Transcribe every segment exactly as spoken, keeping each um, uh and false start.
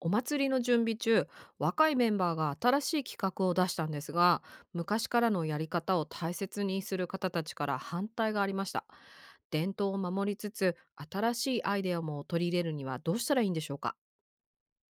お祭りの準備中、若いメンバーが新しい企画を出したんですが、昔からのやり方を大切にする方たちから反対がありました。伝統を守りつつ、新しいアイデアも取り入れるにはどうしたらいいんでしょうか？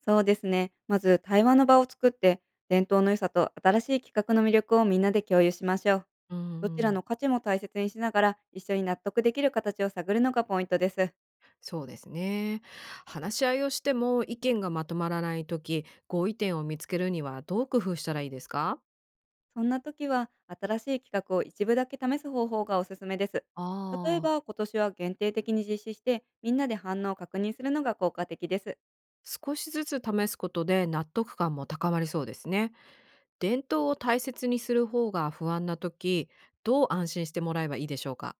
そうですね。まず対話の場を作って、伝統の良さと新しい企画の魅力をみんなで共有しましょう。うーどちらのん。価値も大切にしながら、一緒に納得できる形を探るのがポイントです。そうですね。話し合いをしても意見がまとまらない時、合意点を見つけるにはどう工夫したらいいですか？そんな時は、新しい企画を一部だけ試す方法がおすすめです。例えああば、ー。今年は限定的に実施して、みんなで反応を確認するのが効果的です。少しずつ試すことで納得感も高まりそうですね。伝統を大切にする方が不安な時、どう安心してもらえばいいでしょうか？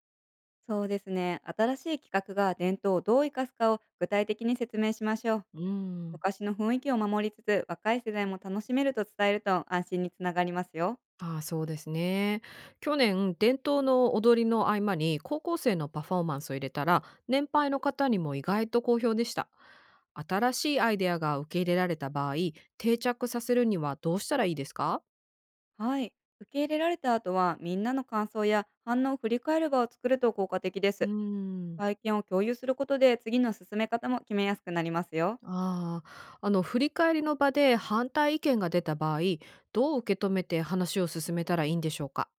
そうですね。新しい企画が伝統をどう生かすかを具体的に説明しましょう。うーん。昔の雰囲気を守りつつ、若い世代も楽しめると伝えると安心につながりますよ。ああ、そうですね。去年、伝統の踊りの合間に高校生のパフォーマンスを入れたら、年配の方にも意外と好評でした。新しいアイデアが受け入れられた場合、定着させるにはどうしたらいいですか？はい。受け入れられた後は、みんなの感想や反応を振り返る場を作ると効果的でうす。ーん。体験を共有することで、次の進め方も決めやすくなりますよ。ああ、あの振り返りの場で反対意見が出た場合、どう受け止めて話を進めたらいいんでしょうか？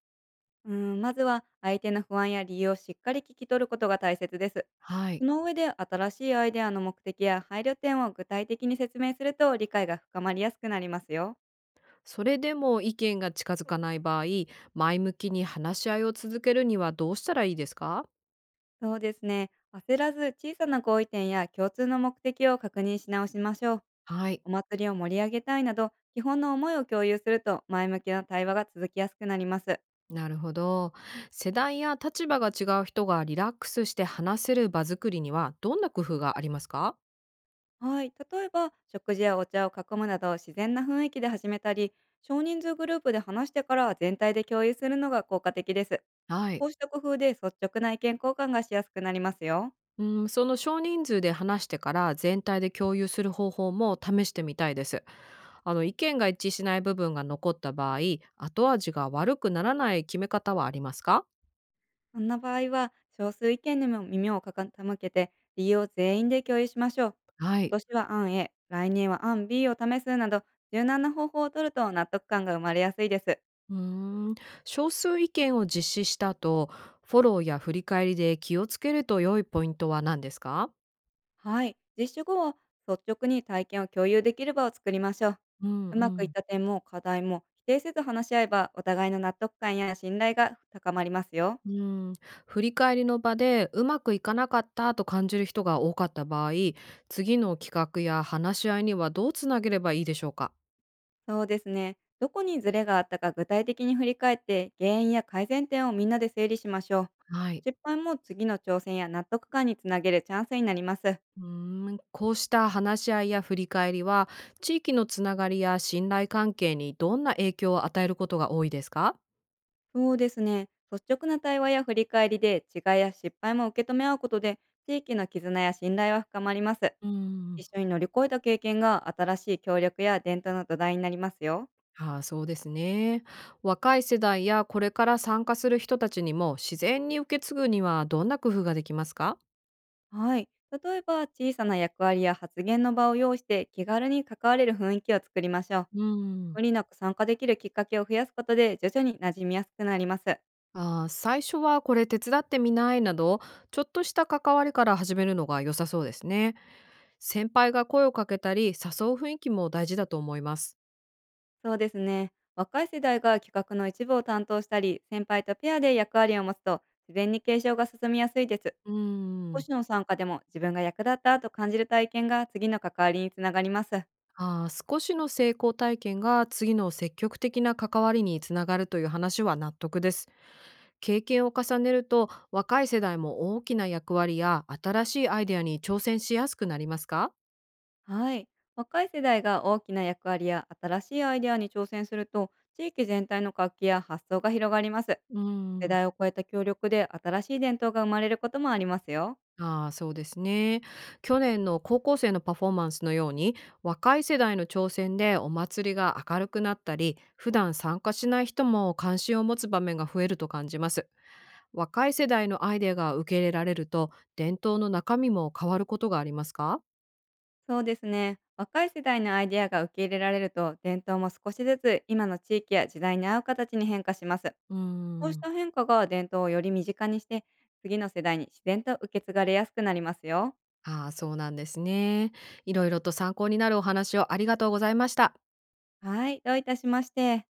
うん、まずは相手の不安や理由をしっかり聞き取ることが大切です。はそい。の上で、新しいアイデアの目的や配慮点を具体的に説明すると理解が深まりやすくなりますよ。それでも意見が近づかない場合、前向きに話し合いを続けるにはどうしたらいいですか？そうですね。焦らず小さな合意点や共通の目的を確認し直しましょう。はい、お祭りを盛り上げたいなど、基本の思いを共有すると前向きな対話が続きやすくなります。なるほど。世代や立場が違う人がリラックスして話せる場作りにはどんな工夫がありますか？はい。例えば、食事やお茶を囲むなど自然な雰囲気で始めたり、少人数グループで話してから全体で共有するのが効果的です。はい。こうした工夫で率直な意見交換がしやすくなりますよ。うん、その少人数で話してから全体で共有する方法も試してみたいです。あの意見が一致しない部分が残った場合、後味が悪くならない決め方はありますか？そんな場合は、少数意見にも耳を傾けて、理由を全員で共有しましょう。は今い。年は案 A、来年は案 B を試すなど、柔軟な方法を取ると納得感が生まれやすいです。うーん、少数意見を実施した後、フォローや振り返りで気をつけると良いポイントは何ですか？はい。実施後は率直に体験を共有できる場を作りましょう。うんううまくいっん。た点も課題も否定せず話し合えば、お互いの納得感や信頼が高まりますよ。うん、振り返りの場でうまくいかなかったと感じる人が多かった場合、次の企画や話し合いにはどうつなげればいいでしょうか？そうですね。どこにズレがあったか具体的に振り返って、原因や改善点をみんなで整理しましょう。はい。失敗も次の挑戦や納得感につなげるチャンスになります。うーん、こうした話し合いや振り返りは、地域のつながりや信頼関係にどんな影響を与えることが多いですか？そうですね。率直な対話や振り返りで違いや失敗も受け止め合うことで、地域の絆や信頼は深まります。うん。一緒に乗り越えた経験が新しい協力や伝統の土台になりますよ。ああ、そうですね。若い世代やこれから参加する人たちにも自然に受け継ぐにはどんな工夫ができますか？はい。例えば、小さな役割や発言の場を用意して、気軽に関われる雰囲気を作りましょう。うん。無理なく参加できるきっかけを増やすことで、徐々に馴染みやすくなります。ああ、最初はこれ手伝ってみないなど、ちょっとした関わりから始めるのが良さそうですね。先輩が声をかけたり誘う雰囲気も大事だと思います。そうですね。若い世代が企画の一部を担当したり、先輩とペアで役割を持つと、自然に継承が進みやすいです。う少ん。しの参加でも自分が役立ったと感じる体験が、次の関わりにつながります。ああ、少しの成功体験が次の積極的な関わりにつながるという話は納得です。経験を重ねると若い世代も大きな役割や新しいアイデアに挑戦しやすくなりますか？はい。若い世代が大きな役割や新しいアイデアに挑戦すると、地域全体の活気や発想が広がります。うー世ん。代を超えた協力で新しい伝統が生まれることもありますよ。ああ、そうですね。去年の高校生のパフォーマンスのように、若い世代の挑戦でお祭りが明るくなったり普段参加しない人も関心を持つ場面が増えると感じます。若い世代のアイデアが受け入れられると伝統の中身も変わることがありますか？そうですね。若い世代のアイデアが受け入れられると、伝統も少しずつ今の地域や時代に合う形に変化します。うーこうしん。た変化が伝統をより身近にして、次の世代に自然と受け継がれやすくなりますよ。ああ、そうなんですね。いろいろと参考になるお話をありがとうございました。はい、どういたしまして。